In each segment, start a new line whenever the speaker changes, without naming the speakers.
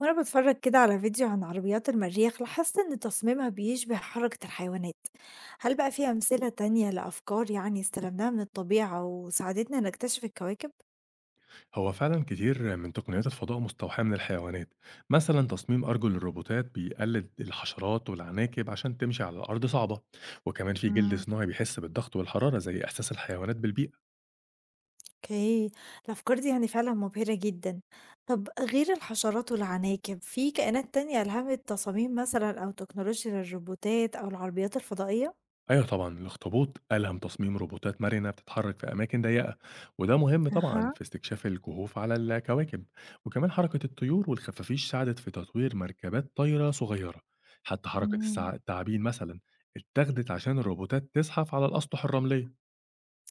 وأنا بتفرج كده على فيديو عن عربيات المريخ لاحظت إن تصميمها بيشبه حركة الحيوانات. هل بقى في أمثلة تانية لأفكار يعني استلمناها من الطبيعة وساعدتنا نكتشف الكواكب؟
هو فعلا كتير من تقنيات الفضاء مستوحاة من الحيوانات. مثلا تصميم أرجل الروبوتات بيقلد الحشرات والعناكب عشان تمشي على الأرض صعبة. وكمان في جلد
امم،
صناعي بيحس بالضغط والحرارة زي إحساس الحيوانات بالبيئة.
اوكي. الأفكار دي يعني فعلا مبهرة جدا. طب غير الحشرات والعناكب في كائنات تانية ألهمت تصاميم مثلا أو تكنولوجيا للروبوتات أو العربيات الفضائية؟
أيوة طبعا الاخطبوط ألهم تصميم روبوتات مرنة بتتحرك في أماكن ضيقة، وده مهم طبعا
أها.
في استكشاف الكهوف على الكواكب. وكمان حركة الطيور والخفافيش ساعدت في تطوير مركبات طايرة صغيرة. حتى حركة
مم.
الثعابين مثلا اتخذت عشان الروبوتات تزحف على الأسطح الرملية.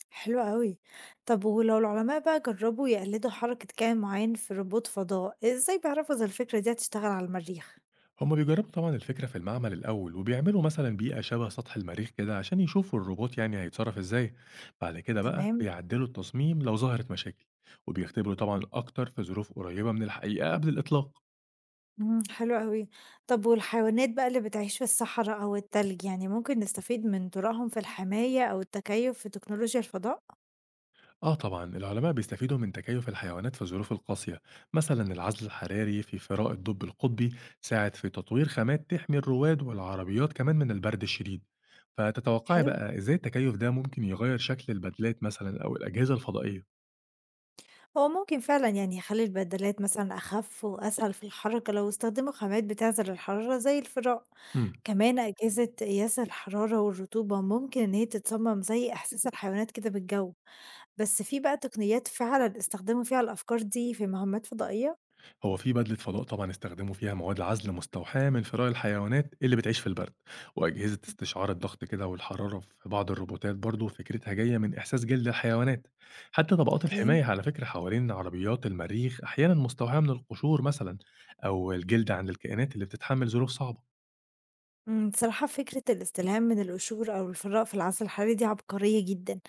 حلو أوي. طب ولو العلماء بقى جربوا يقلدوا حركة كائن معين في روبوت فضاء، إزاي بيعرفوا إذا الفكرة دي هتشتغل على المريخ؟
هما بيجربوا طبعا الفكرة في المعمل الأول، وبيعملوا مثلا بيئة شبه سطح المريخ كده عشان يشوفوا الروبوت يعني هيتصرف ازاي. بعد كده بقى
تمام؟
بيعدلوا التصميم لو ظهرت مشاكل، وبيختبروا طبعا أكتر في ظروف قريبة من الحقيقة قبل الإطلاق.
إمم، حلو أوي. طب والحيوانات بقى اللي بتعيش في الصحراء أو التلج، يعني ممكن نستفيد من طرقهم في الحماية أو التكيف في تكنولوجيا الفضاء؟
آه طبعا العلماء بيستفيدوا من تكيف الحيوانات في الظروف القاسية. مثلا العزل الحراري في فراء الدب القطبي ساعد في تطوير خامات تحمي الرواد والعربيات كمان من البرد الشديد. فتتوقعي
حلو.
بقى ازاي التكيف ده ممكن يغير شكل البدلات مثلا أو الأجهزة الفضائية؟
هو ممكن فعلًا يعني يخلي البدلات مثلًا أخف وأسهل في الحركة لو استخدموا خامات بتعزل الحرارة زي الفراء.
مم.
كمان أجهزة قياس الحرارة والرطوبة ممكن إن هي تتصمم زي إحساس الحيوانات كده بالجو. بس في بقى تقنيات فعلا استخدموا فيها الأفكار دي في مهمات فضائية؟
هو في بدلة فضاء طبعا استخدموا فيها مواد عزل مستوحاة من فراء الحيوانات اللي بتعيش في البرد. وأجهزة استشعار الضغط كده والحرارة في بعض الروبوتات برضو فكرتها جاية من إحساس جلد الحيوانات. حتى طبقات
اوكي.
الحماية على فكرة حوالين عربيات المريخ أحيانا مستوحاة من القشور مثلا، أو الجلد عند الكائنات اللي بتتحمل ظروف صعبة.
بصراحة فكرة الاستلهام من القشور أو الفراغ في العزل الحراري دي عبقرية جدا.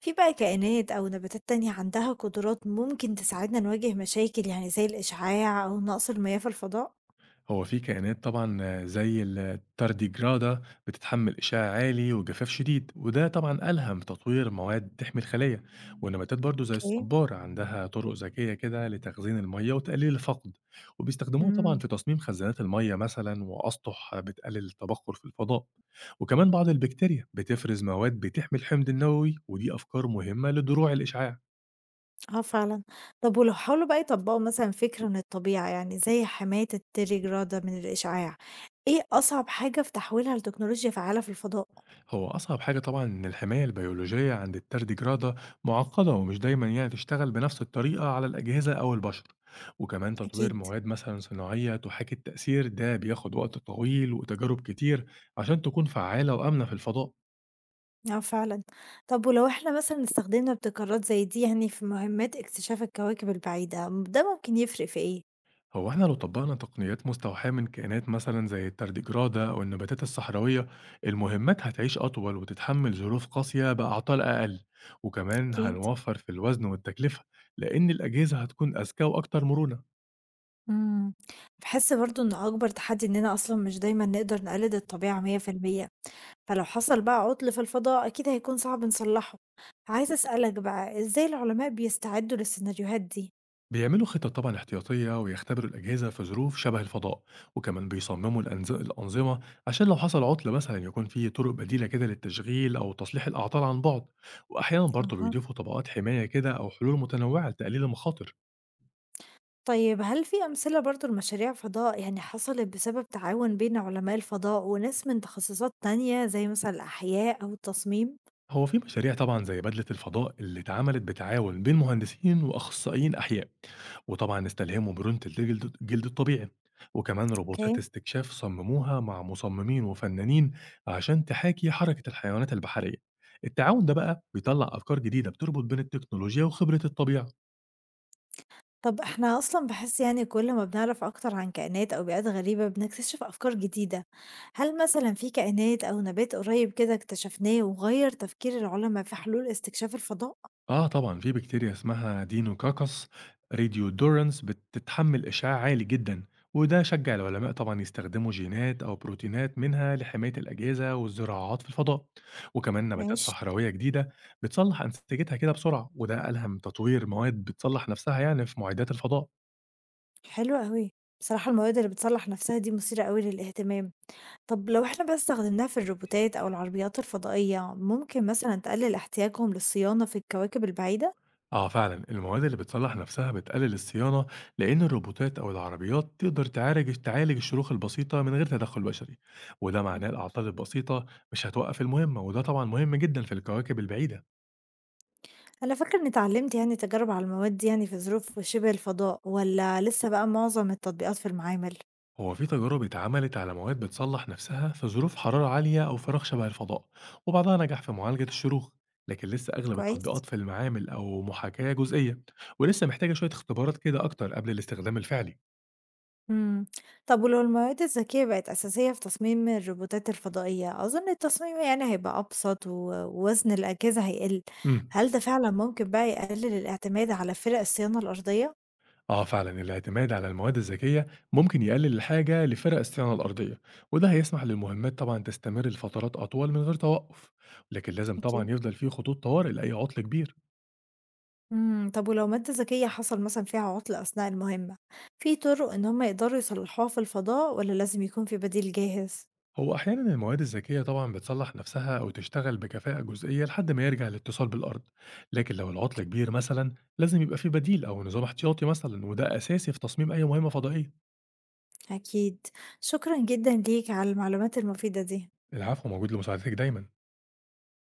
في بقى كائنات أو نباتات تانية عندها قدرات ممكن تساعدنا نواجه مشاكل يعني زي الإشعاع أو نقص المياه في الفضاء؟
هو في كائنات طبعًا زي التارديجرادة بتتحمل إشعاع عالي وجفاف شديد، وده طبعًا ألهم تطوير مواد تحمي الخلية. والنباتات برضه زي
اوكي.
الصبار عندها طرق ذكية كده لتخزين المية وتقليل الفقد، وبيستخدموه طبعًا
مم.
في تصميم خزانات المية مثلًا وأسطح بتقلل التبخر في الفضاء. وكمان بعض البكتيريا بتفرز مواد بتحمي الحمض النووي، ودي أفكار مهمة لدروع الإشعاع.
آه فعلًا. طب ولو حاولوا بقى يطبّقوا مثلًا فكرة من الطبيعة، يعني زي حماية التليجرادة من الإشعاع، إيه أصعب حاجة في تحويلها لتكنولوجيا فعّالة في الفضاء؟
هو أصعب حاجة طبعًا إن الحماية البيولوجية عند التردجرادة معقدة ومش دايمًا يعني تشتغل بنفس الطريقة على الأجهزة أو البشر. وكمان تطوير
أكيد.
مواد مثلًا صناعية تحاكي التأثير ده بياخد وقت طويل وتجارب كتير عشان تكون فعالة وآمنة في الفضاء.
آه فعلًا. طب ولو إحنا مثلًا استخدمنا ابتكارات زي دي يعني في مهمات اكتشاف الكواكب البعيدة، ده ممكن يفرق في إيه؟
هو إحنا لو طبقنا تقنيات مستوحاة من كائنات مثلًا زي التردجرادة أو النباتات الصحراوية، المهمات هتعيش أطول وتتحمل ظروف قاسية بأعطال أقل. وكمان
أكيد.
هنوفر في الوزن والتكلفة لأن الأجهزة هتكون أذكى وأكتر مرونة.
إمم، باحس برضه إن أكبر تحدي إننا أصلًا مش دايمًا نقدر نقلد الطبيعة 100%، فلو حصل بقى عطل في الفضاء أكيد هيكون صعب نصلحه، عايزة أسألك بقى إزاي العلماء بيستعدوا للسيناريوهات دي؟
بيعملوا خطط طبعا احتياطية ويختبروا الأجهزة في ظروف شبه الفضاء. وكمان بيصمموا الأنظمة عشان لو حصل عطل مثلا يكون في طرق بديلة كده للتشغيل أو تصليح الأعطال عن بعد. وأحيانا برضه
أها.
بيضيفوا طبقات حماية كده أو حلول متنوعة لتقليل المخاطر.
طيب هل في أمثلة برضه لمشاريع فضاء يعني حصلت بسبب تعاون بين علماء الفضاء وناس من تخصصات تانية زي مثلًا الأحياء أو التصميم؟
هو في مشاريع طبعًا زي بدلة الفضاء اللي اتعملت بتعاون بين مهندسين وأخصائيين أحياء، وطبعًا استلهموا مرونة الجلد الطبيعي. وكمان روبوتات
أوكي.
استكشاف صمموها مع مصممين وفنانين عشان تحاكي حركة الحيوانات البحرية. التعاون ده بقى بيطلع أفكار جديدة بتربط بين التكنولوجيا وخبرة الطبيعة.
طب إحنا أصلًا باحس يعني كل ما بنعرف أكتر عن كائنات أو بيئات غريبة بنكتشف أفكار جديدة، هل مثلًا في كائنات أو نبات قريب كده اكتشفناه وغيّر تفكير العلماء في حلول استكشاف الفضاء؟
آه طبعًا، في بكتيريا اسمها Deinococcus radiodurans بتتحمل إشعاع عالي جدًا، وده شجّع العلماء طبعًا يستخدموا جينات أو بروتينات منها لحماية الأجهزة والزراعات في الفضاء. وكمان نباتات
ماشي.
صحراوية جديدة بتصلّح أنسجتها كده بسرعة، وده ألهم تطوير مواد بتصلّح نفسها يعني في معدات الفضاء.
حلو أوي، بصراحة المواد اللي بتصلح نفسها دي مثيرة أوي للاهتمام، طب لو إحنا بقى استخدمناها في الروبوتات أو العربيات الفضائية ممكن مثلًا تقلل احتياجهم للصيانة في الكواكب البعيدة؟
آه فعلا المواد اللي بتصلح نفسها بتقلل الصيانة لأن الروبوتات أو العربيات تقدر تعالج الشروخ البسيطة من غير تدخل بشري. وده معناه الأعطال البسيطة مش هتوقف المهمة، وده طبعا مهم جدا في الكواكب البعيدة.
أنا فاكرة إني اتعلمت يعني تجارب على المواد دي يعني في ظروف شبه الفضاء والّا لسه بقى معظم التطبيقات في المعامل؟
هو في تجارب اتعملت على مواد بتصلح نفسها في ظروف حرارة عالية أو فراغ شبه الفضاء، وبعضها نجح في معالجة الشروخ، لكن لسه أغلب
كويس.
التطبيقات في المعامل أو محاكاة جزئية، ولسه محتاجة شوية اختبارات كده أكتر قبل الاستخدام الفعلي.
إمم. طب ولو المواد الذكية بقت أساسية في تصميم الروبوتات الفضائية، أظن التصميم يعني هيبقى أبسط و ووزن الأجهزة هيقل.
امم
هل ده فعلًا ممكن بقى يقلل الاعتماد على فرق الصيانة الأرضية؟
آه فعلا الاعتماد على المواد الذكية ممكن يقلل الحاجة لفرق الصيانة الأرضية، وده هيسمح للمهمات طبعا تستمر لفترات أطول من غير توقف. لكن لازم
أكيد.
طبعا يفضل فيه خطوط طوارئ لأي عطل كبير.
طب ولو مادة ذكية حصل مثلًا فيها عطل أثناء المهمة، في طرق إن هم يقدروا يصلحوها في الفضاء والّا لازم يكون في بديل جاهز؟
هو أحيانا المواد الذكية طبعا بتصلح نفسها أو تشتغل بكفاءة جزئية لحد ما يرجع الاتصال بالأرض. لكن لو العطل كبير مثلا لازم يبقى فيه بديل أو نظام احتياطي مثلا، وده أساسي في تصميم أي مهمة فضائية.
أكيد. شكرا جدا ليك على المعلومات المفيدة دي.
العفو موجود لمساعدتك دايما.